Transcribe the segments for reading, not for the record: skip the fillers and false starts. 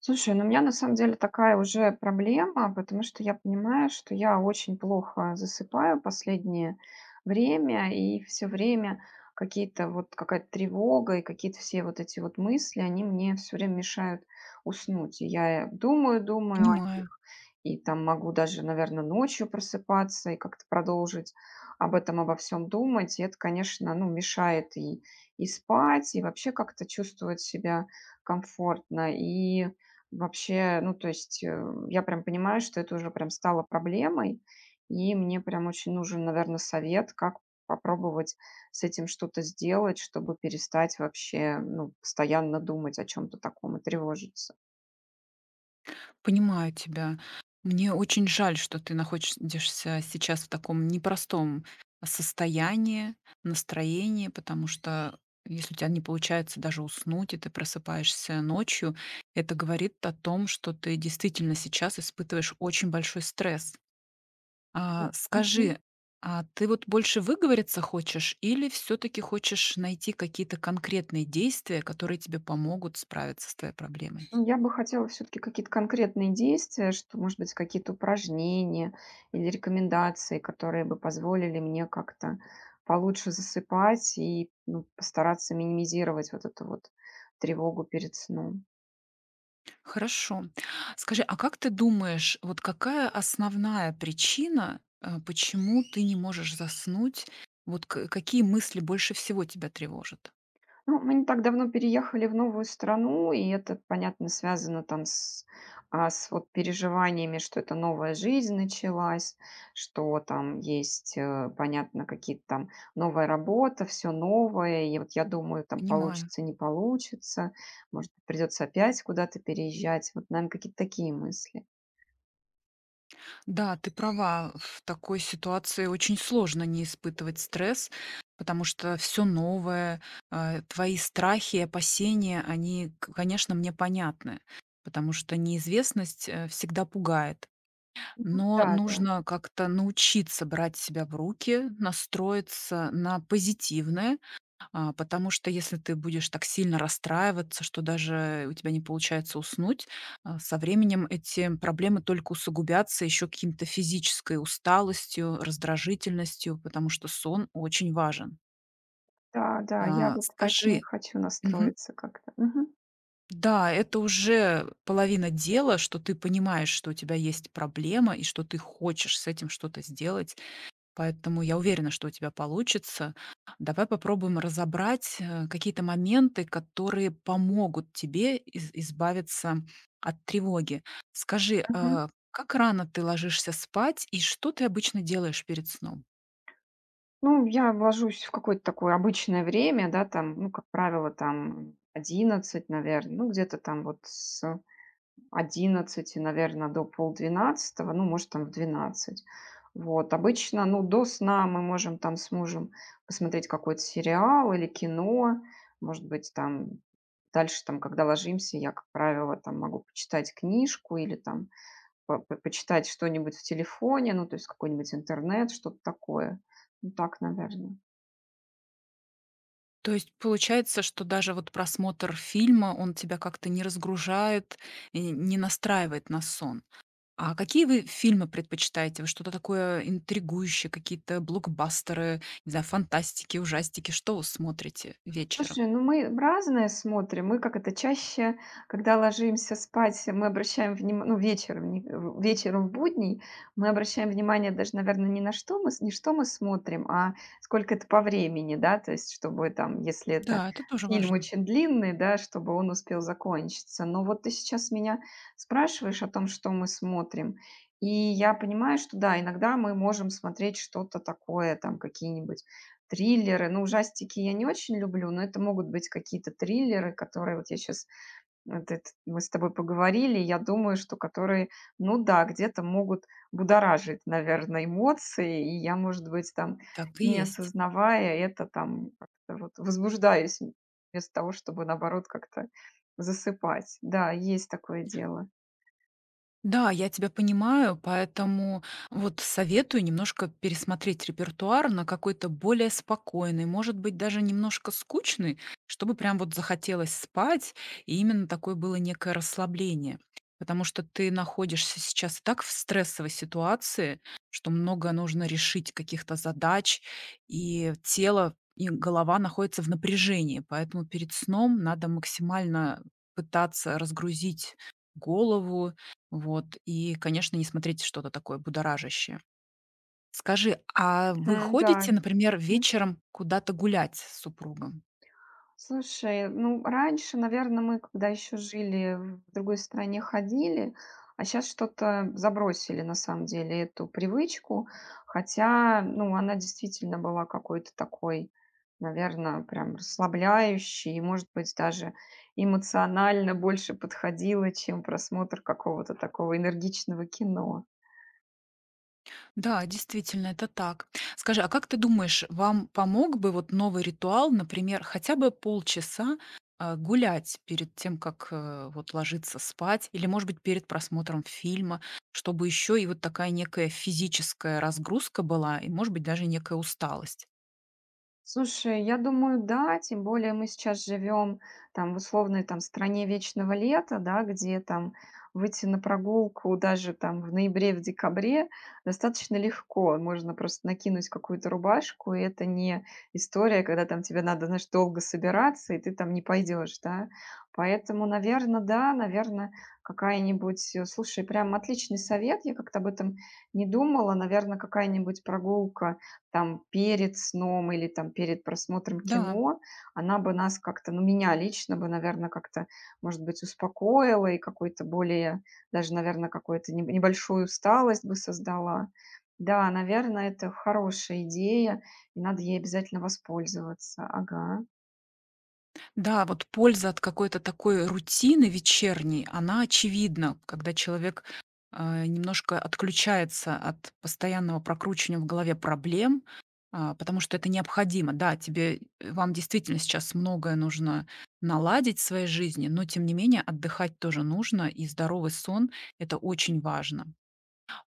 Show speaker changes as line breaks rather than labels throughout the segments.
Слушай, ну у меня на самом деле такая уже проблема, потому что я понимаю, что я очень плохо засыпаю последнее время, и все время какие-то вот какая-то тревога и какие-то все вот эти вот мысли, они мне все время мешают уснуть. И я думаю о них,
Понимаю,
и там могу даже, наверное, ночью просыпаться и как-то продолжить об этом, обо всем думать. И это, конечно, ну, мешает и спать, и вообще как-то чувствовать себя комфортно. И вообще, ну, то есть, я прям понимаю, что это уже прям стало проблемой, и мне прям очень нужен, наверное, совет, как попробовать с этим что-то сделать, чтобы перестать вообще, ну, постоянно думать о чем то таком и тревожиться.
понимаю, тебя. Мне очень жаль, что ты находишься сейчас в таком непростом состоянии, настроении, потому что если у тебя не получается даже уснуть, и ты просыпаешься ночью, это говорит о том, что ты действительно сейчас испытываешь очень большой стресс. А,
Мгм.
скажи, а ты вот больше выговориться хочешь или все-таки хочешь найти какие-то конкретные действия, которые тебе помогут справиться с твоей проблемой?
Ну, я бы хотела все таки какие-то конкретные действия, что, может быть, какие-то упражнения или рекомендации, которые бы позволили мне как-то получше засыпать и, ну, постараться минимизировать вот эту вот тревогу перед сном.
Хорошо. Скажи, а как ты думаешь, вот какая основная причина, почему ты не можешь заснуть? Вот к какие мысли больше всего тебя тревожат?
Ну, мы не так давно переехали в новую страну, и это, понятно, связано там с вот переживаниями, что это новая жизнь началась, что там есть, понятно, какие-то там новая работа, все новое. И вот я думаю, там
Понимаю.
получится, не получится, может, придется опять куда-то переезжать. Вот, наверное, какие-то такие мысли.
Да, ты права, в такой ситуации очень сложно не испытывать стресс, потому что все новое, твои страхи и опасения, они, конечно, мне понятны, потому что неизвестность всегда пугает.
Мгм.
Но
Да, да,
нужно как-то научиться брать себя в руки, настроиться на позитивное, потому что если ты будешь так сильно расстраиваться, что даже у тебя не получается уснуть, со временем эти проблемы только усугубятся еще каким-то физической усталостью, раздражительностью, потому что сон очень важен.
да, да, я вот поэтому и
Скажи,
хочу
мгм.
настроиться как-то. Мгм.
Да, это уже половина дела, что ты понимаешь, что у тебя есть проблема и что ты хочешь с этим что-то сделать. Поэтому я уверена, что у тебя получится. Давай попробуем разобрать, какие-то моменты, которые помогут тебе из избавиться от тревоги. Скажи,
Мгм.
как рано ты ложишься спать и что ты обычно делаешь перед сном?
Ну, я ложусь в какое-то такое обычное время, да, там, ну, как правило, там 11, наверное, ну, где-то там вот с 11, наверное, до полдвенадцатого, ну, может, там в 12. Вот, обычно, ну, до сна мы можем там с мужем посмотреть какой-то сериал или кино, может быть, там дальше, там, когда ложимся, я, как правило, там могу почитать книжку или там почитать что-нибудь в телефоне, ну, то есть какой-нибудь интернет, что-то такое. Ну, так, наверное.
То есть получается, что даже вот просмотр фильма, он тебя как-то не разгружает и не настраивает на сон? А какие вы фильмы предпочитаете? Вы что-то такое интригующее, какие-то блокбастеры, не знаю, фантастики, ужастики? Что вы смотрите вечером?
Слушай, ну мы разное смотрим. Мы как это чаще, когда ложимся спать, мы обращаем внимание, ну вечером, вечером в будний, мы обращаем внимание даже, наверное, не на что мы, с- не что мы смотрим, а сколько это по времени, да, то есть чтобы там, если это
Да, это тоже
фильм
важно.
очень длинный, да, чтобы он успел закончиться. Но вот ты сейчас меня спрашиваешь о том, что мы смотрим, и я понимаю, что да, иногда мы можем смотреть что-то такое, там какие-нибудь триллеры, ну, ужастики я не очень люблю, но это могут быть какие-то триллеры, которые вот я сейчас мы с тобой поговорили, я думаю, что которые, ну да, где-то могут будоражить, наверное, эмоции, и я, может быть, там,
Так и
не
есть.
осознавая это, там как-то вот возбуждаюсь вместо того, чтобы, наоборот, как-то засыпать. Да, есть такое дело.
Да, я тебя понимаю, поэтому вот советую немножко пересмотреть репертуар на какой-то более спокойный, может быть, даже немножко скучный, чтобы прям вот захотелось спать, и именно такое было некое расслабление. Потому что ты находишься сейчас так в стрессовой ситуации, что много нужно решить каких-то задач, и тело, и голова находятся в напряжении. Поэтому перед сном надо максимально пытаться разгрузить голову, вот, и, конечно, не смотрите что-то такое будоражащее. Скажи, а вы
Мгм, да.
ходите, например, вечером куда-то гулять с супругом?
Слушай, ну, раньше, наверное, мы, когда еще жили в другой стране, ходили, а сейчас что-то забросили, на самом деле, эту привычку. Хотя, ну, она действительно была какой-то такой, наверное, прям расслабляющей и, может быть, даже эмоционально больше подходила, чем просмотр какого-то такого энергичного кино.
Да, действительно, это так. Скажи, а как ты думаешь, вам помог бы вот новый ритуал, например, хотя бы полчаса гулять перед тем, как вот ложиться спать, или, может быть, перед просмотром фильма, чтобы еще и вот такая некая физическая разгрузка была, и, может быть, даже некая усталость?
Слушай, я думаю, да. Тем более мы сейчас живем там в условной там стране вечного лета, да, где там выйти на прогулку даже там в ноябре, в декабре достаточно легко. Можно просто накинуть какую-то рубашку, и это не история, когда там тебе надо, знаешь, долго собираться, и ты там не пойдешь, да. Поэтому, наверное, да, наверное, Слушай, прям отличный совет, я как-то об этом не думала. Наверное, какая-нибудь прогулка там перед сном или там перед просмотром
Да.
кино, она бы нас как-то, ну, меня лично бы, наверное, как-то, может быть, успокоила и какой-то более, даже, наверное, какую-то небольшую усталость бы создала. Да, наверное, это хорошая идея, и надо ей обязательно воспользоваться. Ага.
Да, вот польза от какой-то такой рутины вечерней, она очевидна, когда человек немножко отключается от постоянного прокручивания в голове проблем, потому что это необходимо. Да, тебе, вам действительно сейчас многое нужно наладить в своей жизни, но тем не менее отдыхать тоже нужно, и здоровый сон– это очень важно.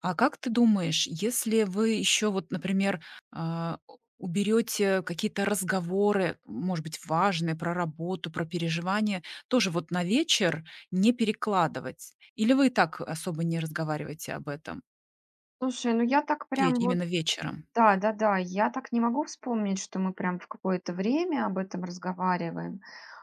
А как ты думаешь, если вы еще вот, например, а, у уберете какие-то разговоры, может быть, важные про работу, про переживания, тоже вот на вечер не перекладывать? Или вы и так особо не разговариваете об этом
Слушай, ну я так
ве
прям вот.
именно вечером?
Да, да-да, я так не могу вспомнить, что мы прям в какое-то время об этом разговариваем.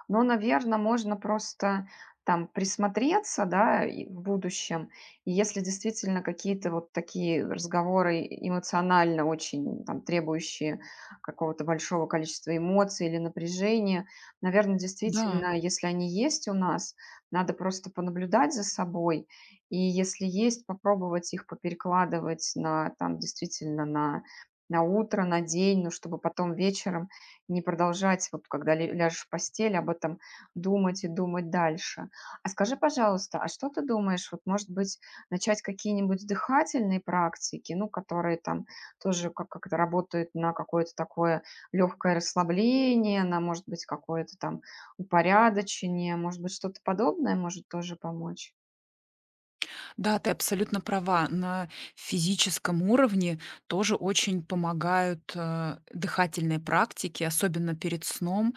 Но, наверное, можно просто там присмотреться, да, и в будущем. И если действительно какие-то вот такие разговоры эмоционально очень там требующие какого-то большого количества эмоций или напряжения, наверное,
Да.
действительно, если они есть у нас, надо просто понаблюдать за собой. И если есть, попробовать их поперекладывать на там действительно на утро, на день, ну, чтобы потом вечером не продолжать, вот когда ле ляжешь в постель, об этом думать и думать дальше. А скажи, пожалуйста, а что ты думаешь, вот, может быть, начать какие-нибудь дыхательные практики, ну, которые там тоже как-то работают на какое-то такое легкое расслабление, на, может быть, какое-то там упорядочение, может быть, что-то подобное может тоже помочь?
Да, ты абсолютно права. На физическом уровне тоже очень помогают дыхательные практики, особенно перед сном.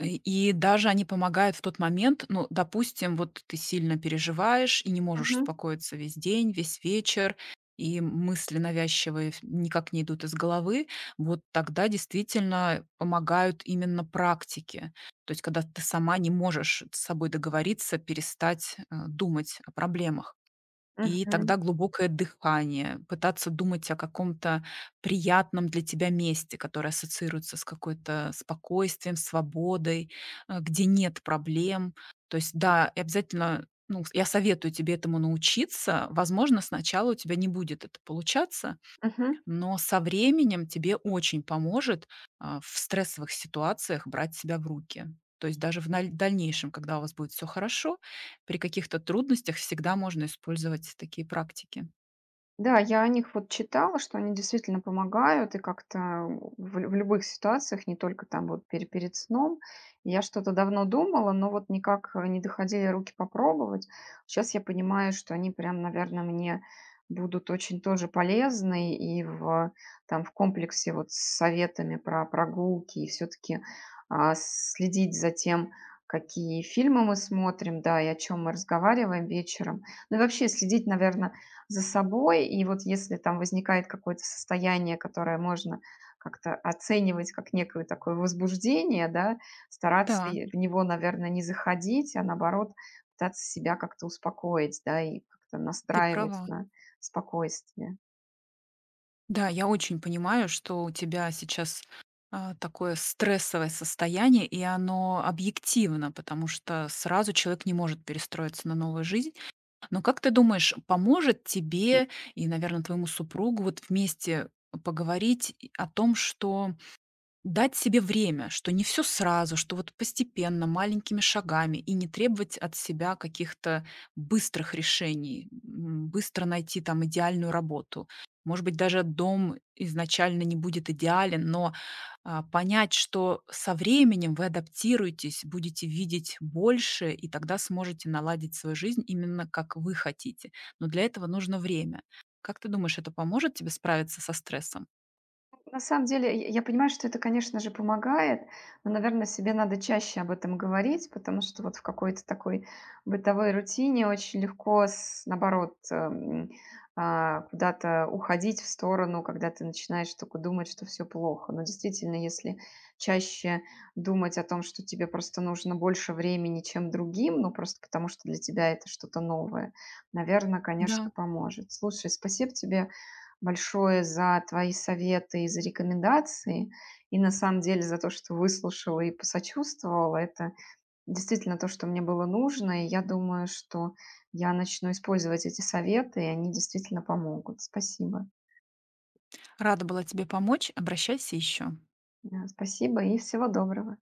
И и даже они помогают в тот момент, ну, допустим, вот ты сильно переживаешь и не можешь
Мгм.
успокоиться весь день, весь вечер, и мысли навязчивые никак не идут из головы, вот тогда действительно помогают именно практики. То есть, когда ты сама не можешь с собой договориться, перестать думать о проблемах. И
Мгм.
тогда глубокое дыхание, пытаться думать о каком-то приятном для тебя месте, которое ассоциируется с какой-то спокойствием, свободой, где нет проблем. То есть, да, и обязательно, ну, я советую тебе этому научиться. Возможно, сначала у тебя не будет это получаться,
Мгм.
но со временем тебе очень поможет, в стрессовых ситуациях брать себя в руки. То есть даже в наль дальнейшем, когда у вас будет все хорошо, при каких-то трудностях всегда можно использовать такие практики.
Да, я о них вот читала, что они действительно помогают и как-то в любых ситуациях, не только там вот перед сном. Я что-то давно думала, но вот никак, не доходили руки попробовать. Сейчас я понимаю, что они прям, наверное, мне будут очень тоже полезны и в комплексе вот с советами про прогулки, и все таки следить за тем, какие фильмы мы смотрим, да, и о чем мы разговариваем вечером. Ну и вообще следить, наверное, за собой. И вот если там возникает какое-то состояние, которое можно как-то оценивать как некое такое возбуждение, да, стараться
Да,
и в него, наверное, не заходить, а наоборот пытаться себя как-то успокоить, да, и как-то
ты
настраивать
права.
на спокойствие.
Да, я очень понимаю, что у тебя сейчас, такое стрессовое состояние, и оно объективно, потому что сразу человек не может перестроиться на новую жизнь. Но как ты думаешь, поможет тебе и, наверное, твоему супругу вот вместе поговорить и о том, что дать себе время, что не все сразу, что вот постепенно, маленькими шагами, и не требовать от себя каких-то быстрых решений, быстро найти там идеальную работу. Может быть, даже дом изначально не будет идеален, но, понять, что со временем вы адаптируетесь, будете видеть больше, и тогда сможете наладить свою жизнь именно как вы хотите. Но для этого нужно время. Как ты думаешь, это поможет тебе справиться со стрессом?
На самом деле, я понимаю, что это, конечно же, помогает, но, наверное, себе надо чаще об этом говорить, потому что вот в какой-то такой бытовой рутине очень легко, наоборот, куда-то уходить в сторону, когда ты начинаешь только думать, что все плохо. Но действительно, если чаще думать о том, что тебе просто нужно больше времени, чем другим, ну просто потому что для тебя это что-то новое, наверное,
Да.
конечно, поможет. Слушай, спасибо тебе большое за твои советы и за рекомендации, и на самом деле за то, что выслушала и посочувствовала. Это действительно то, что мне было нужно, и я думаю, что я начну использовать эти советы, и они действительно помогут. Спасибо.
Рада была тебе помочь. Обращайся еще.
Спасибо и всего доброго.